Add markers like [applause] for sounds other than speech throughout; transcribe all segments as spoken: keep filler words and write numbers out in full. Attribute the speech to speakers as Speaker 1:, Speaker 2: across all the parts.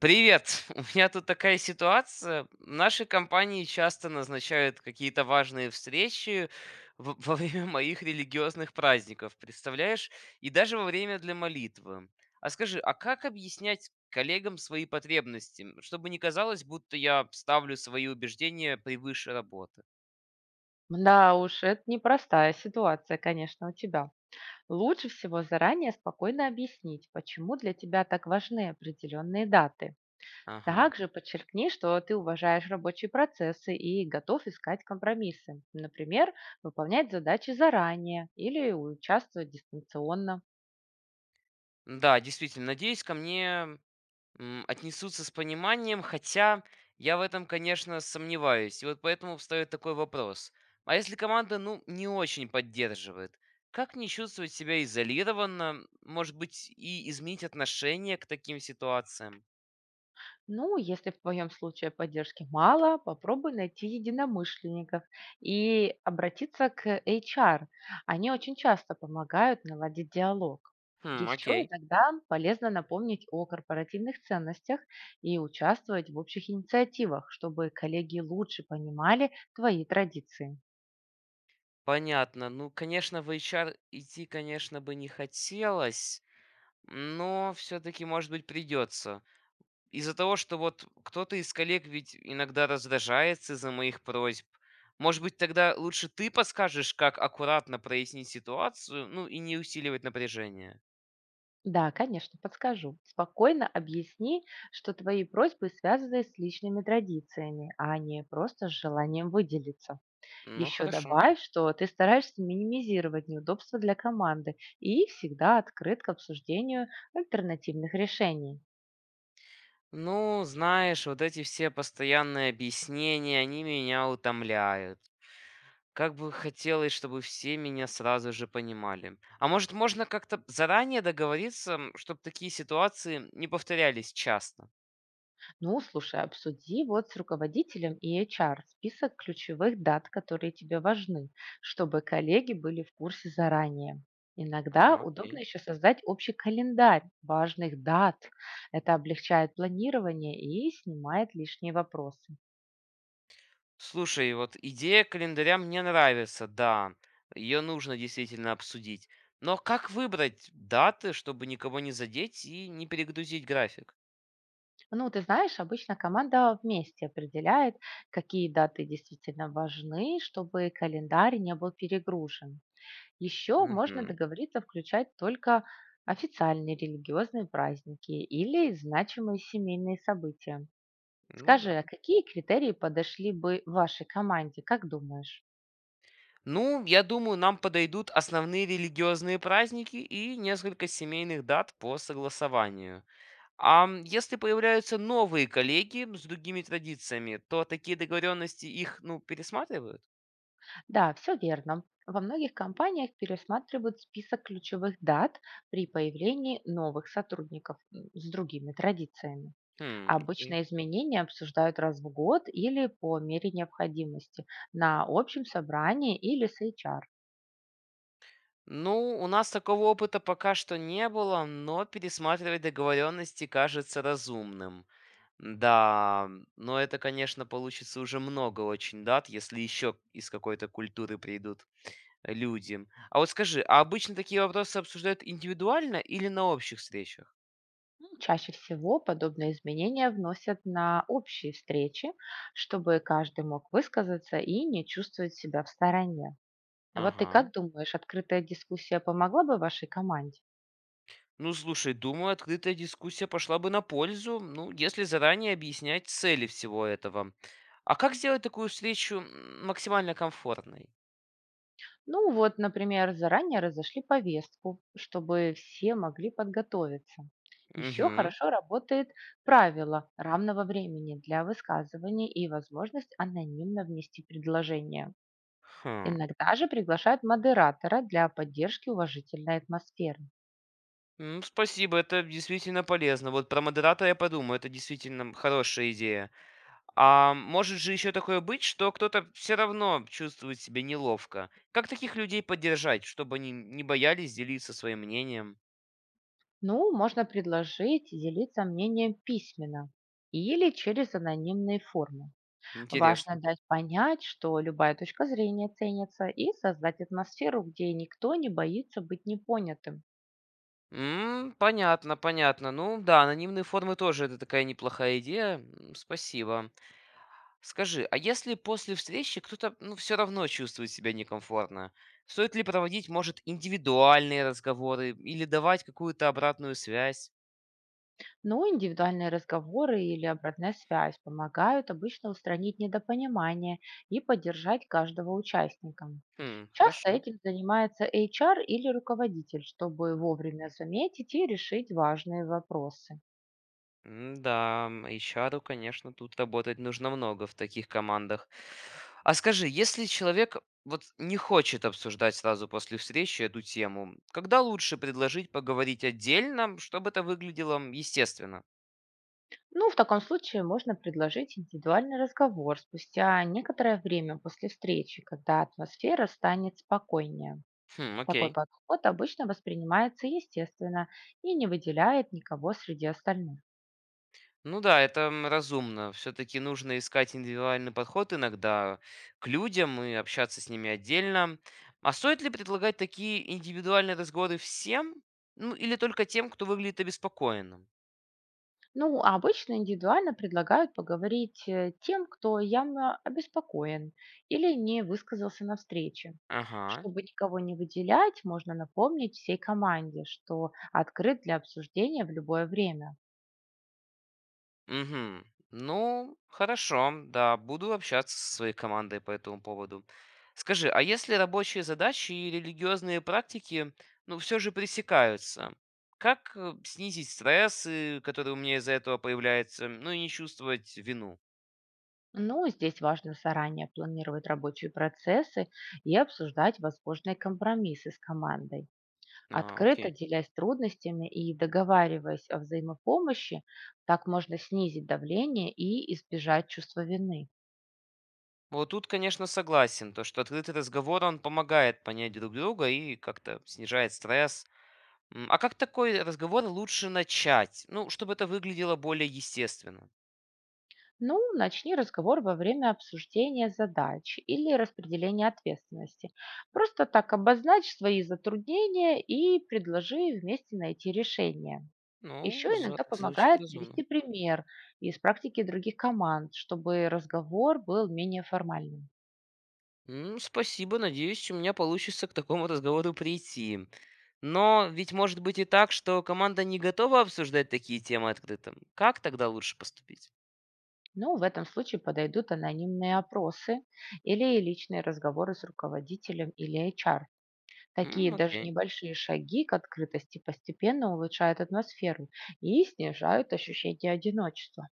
Speaker 1: Привет! [laughs] У меня тут такая ситуация. Наши компании часто назначают какие-то важные встречи в- во время [laughs] моих религиозных праздников, представляешь? И даже во время для молитвы. А скажи, а как объяснять коллегам свои потребности, м, чтобы не казалось, будто я ставлю свои убеждения превыше работы?
Speaker 2: Да уж, это непростая ситуация, конечно, у тебя. Лучше всего заранее спокойно объяснить, почему для тебя так важны определенные даты.
Speaker 1: Ага.
Speaker 2: Также подчеркни, что ты уважаешь рабочие процессы и готов искать компромиссы. Например, выполнять задачи заранее или участвовать дистанционно.
Speaker 1: Да, действительно, надеюсь, ко мне М, отнесутся с пониманием, хотя я в этом, конечно, сомневаюсь. И вот поэтому встает такой вопрос. А если команда, ну, не очень поддерживает, как не чувствовать себя изолированно, может быть, и изменить отношение к таким ситуациям?
Speaker 2: Ну, если в твоем случае поддержки мало, попробуй найти единомышленников и обратиться к H R. Они очень часто помогают наладить диалог.
Speaker 1: Хм,
Speaker 2: Еще
Speaker 1: окей.
Speaker 2: иногда полезно напомнить о корпоративных ценностях и участвовать в общих инициативах, чтобы коллеги лучше понимали твои традиции.
Speaker 1: Понятно. Ну, конечно, в эйч ар идти, конечно, бы не хотелось, но все-таки, может быть, придется. Из-за того, что вот кто-то из коллег ведь иногда раздражается из-за моих просьб. Может быть, тогда лучше ты подскажешь, как аккуратно прояснить ситуацию, ну и не усиливать напряжение.
Speaker 2: Да, конечно, подскажу. Спокойно объясни, что твои просьбы связаны с личными традициями, а не просто с желанием выделиться.
Speaker 1: Ну
Speaker 2: Еще
Speaker 1: хорошо.
Speaker 2: добавь, что ты стараешься минимизировать неудобства для команды и всегда открыт к обсуждению альтернативных решений.
Speaker 1: Ну, знаешь, вот эти все постоянные объяснения, они меня утомляют. Как бы хотелось, чтобы все меня сразу же понимали. А может, можно как-то заранее договориться, чтобы такие ситуации не повторялись часто?
Speaker 2: Ну, слушай, обсуди вот с руководителем и H R список ключевых дат, которые тебе важны, чтобы коллеги были в курсе заранее. Иногда
Speaker 1: А,
Speaker 2: удобно
Speaker 1: окей.
Speaker 2: еще создать общий календарь важных дат. Это облегчает планирование и снимает лишние вопросы.
Speaker 1: Слушай, вот идея календаря мне нравится, да. Ее нужно действительно обсудить. Но как выбрать даты, чтобы никого не задеть и не перегрузить график?
Speaker 2: Ну, ты знаешь, обычно команда вместе определяет, какие даты действительно важны, чтобы календарь не был перегружен. Еще можно
Speaker 1: Мгм.
Speaker 2: договориться включать только официальные религиозные праздники или значимые семейные события.
Speaker 1: Ну да.
Speaker 2: Скажи, а какие критерии подошли бы вашей команде, как думаешь?
Speaker 1: Ну, я думаю, нам подойдут основные религиозные праздники и несколько семейных дат по согласованию. А м, если появляются новые коллеги с другими традициями, то такие договоренности их, ну, пересматривают?
Speaker 2: Да, все верно. Во многих компаниях пересматривают список ключевых дат при появлении новых сотрудников м, с другими традициями.
Speaker 1: Хм, окей.
Speaker 2: Обычно изменения обсуждают раз в год или по мере необходимости на общем собрании или с H R.
Speaker 1: Ну, у нас такого опыта пока что не было, но пересматривать договоренности кажется разумным. Да, но это, конечно, получится уже много очень дат, если еще из какой-то культуры придут люди. А вот скажи, а обычно такие вопросы обсуждают индивидуально или на общих встречах?
Speaker 2: Ну, чаще всего подобные изменения вносят на общие встречи, чтобы каждый мог высказаться и не чувствовать себя в стороне. Вот ты
Speaker 1: Ага.
Speaker 2: как думаешь, открытая дискуссия помогла бы вашей команде?
Speaker 1: Ну, слушай, думаю, открытая дискуссия пошла бы на пользу, ну, если заранее объяснять цели всего этого. А как сделать такую встречу м, максимально комфортной?
Speaker 2: Ну вот, например, заранее разошли повестку, чтобы все могли подготовиться. Еще
Speaker 1: Угу.
Speaker 2: хорошо работает правило равного времени для высказываний и возможность анонимно внести предложение.
Speaker 1: Хм.
Speaker 2: Иногда же приглашают модератора для поддержки уважительной атмосферы.
Speaker 1: Ну, спасибо, это действительно полезно. Вот про модератора я подумаю, это действительно м, хорошая идея. А может же еще такое быть, что кто-то все равно чувствует себя неловко. Как таких людей поддержать, чтобы они не боялись делиться своим мнением?
Speaker 2: Ну, можно предложить делиться мнением письменно или через анонимные формы.
Speaker 1: Интересно.
Speaker 2: Важно дать понять, что любая точка зрения ценится, и создать атмосферу, где никто не боится быть непонятым.
Speaker 1: М, понятно, понятно. Ну да, анонимные формы тоже это такая неплохая идея. М, Спасибо. Скажи, а если после встречи кто-то, ну, все равно чувствует себя некомфортно, стоит ли проводить, может, индивидуальные разговоры или давать какую-то обратную связь?
Speaker 2: Но индивидуальные разговоры или обратная связь помогают обычно устранить недопонимание и поддержать каждого участника.
Speaker 1: Хм,
Speaker 2: Часто
Speaker 1: хорошо.
Speaker 2: этим занимается H R или руководитель, чтобы вовремя заметить и решить важные вопросы.
Speaker 1: М, Да, м, эйч ар, конечно, тут работать нужно много в таких командах. А скажи, если человек вот не хочет обсуждать сразу после встречи эту тему, когда лучше предложить поговорить отдельно, чтобы это выглядело м, естественно?
Speaker 2: Ну, в таком случае можно предложить индивидуальный разговор спустя некоторое время после встречи, когда атмосфера станет спокойнее.
Speaker 1: Хм,
Speaker 2: Такой
Speaker 1: окей.
Speaker 2: подход обычно воспринимается естественно и не выделяет никого среди остальных.
Speaker 1: Ну да, это м, разумно. Все-таки нужно искать индивидуальный подход иногда к людям и общаться с ними отдельно. А стоит ли предлагать такие индивидуальные разговоры всем? Ну или только тем, кто выглядит обеспокоенным?
Speaker 2: Ну, а обычно индивидуально предлагают поговорить э, тем, кто явно обеспокоен или не высказался на встрече.
Speaker 1: Ага.
Speaker 2: Чтобы никого не выделять, можно напомнить всей команде, что открыт для обсуждения в любое время.
Speaker 1: Мгм. Ну, хорошо, да, буду общаться со своей командой по этому поводу. Скажи, а если рабочие задачи и религиозные практики, ну, все же пресекаются, как э, снизить стресс, э, который у меня из-за этого появляется, ну и не чувствовать вину?
Speaker 2: Ну, здесь важно заранее планировать рабочие процессы и обсуждать возможные компромиссы с командой.
Speaker 1: А,
Speaker 2: Открыто
Speaker 1: окей.
Speaker 2: делясь трудностями и договариваясь о взаимопомощи, так можно снизить давление и избежать чувства вины.
Speaker 1: Вот тут, конечно, согласен, то, что открытый разговор, он помогает понять друг друга и как-то снижает стресс. М, А как такой разговор лучше начать? Ну, чтобы это выглядело более естественно.
Speaker 2: Ну, начни разговор во время обсуждения задач или распределения ответственности. Просто так обозначь свои затруднения и предложи вместе найти решение.
Speaker 1: Ну,
Speaker 2: Еще
Speaker 1: зв-
Speaker 2: иногда
Speaker 1: звучит
Speaker 2: помогает
Speaker 1: разумно.
Speaker 2: привести пример из практики других команд, чтобы разговор был менее формальным.
Speaker 1: М, спасибо, надеюсь, у меня получится к такому разговору прийти. Но ведь может быть и так, что команда не готова обсуждать такие темы открыто. Как тогда лучше поступить?
Speaker 2: Ну, в этом случае подойдут анонимные опросы или личные разговоры с руководителем или H R. Такие
Speaker 1: М,
Speaker 2: даже
Speaker 1: окей.
Speaker 2: небольшие шаги к открытости постепенно улучшают атмосферу и снижают ощущение одиночества.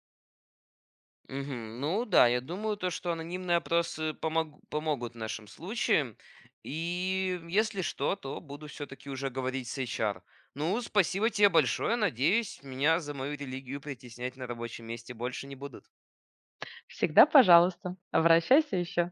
Speaker 1: Мгм. Ну да, я думаю, то, что анонимные опросы помог- помогут в нашем случае. И если что, то буду все-таки уже говорить с эйч ар. Ну, спасибо тебе большое. Надеюсь, меня за мою религию притеснять на рабочем месте больше не будут.
Speaker 2: Всегда, пожалуйста, обращайся еще.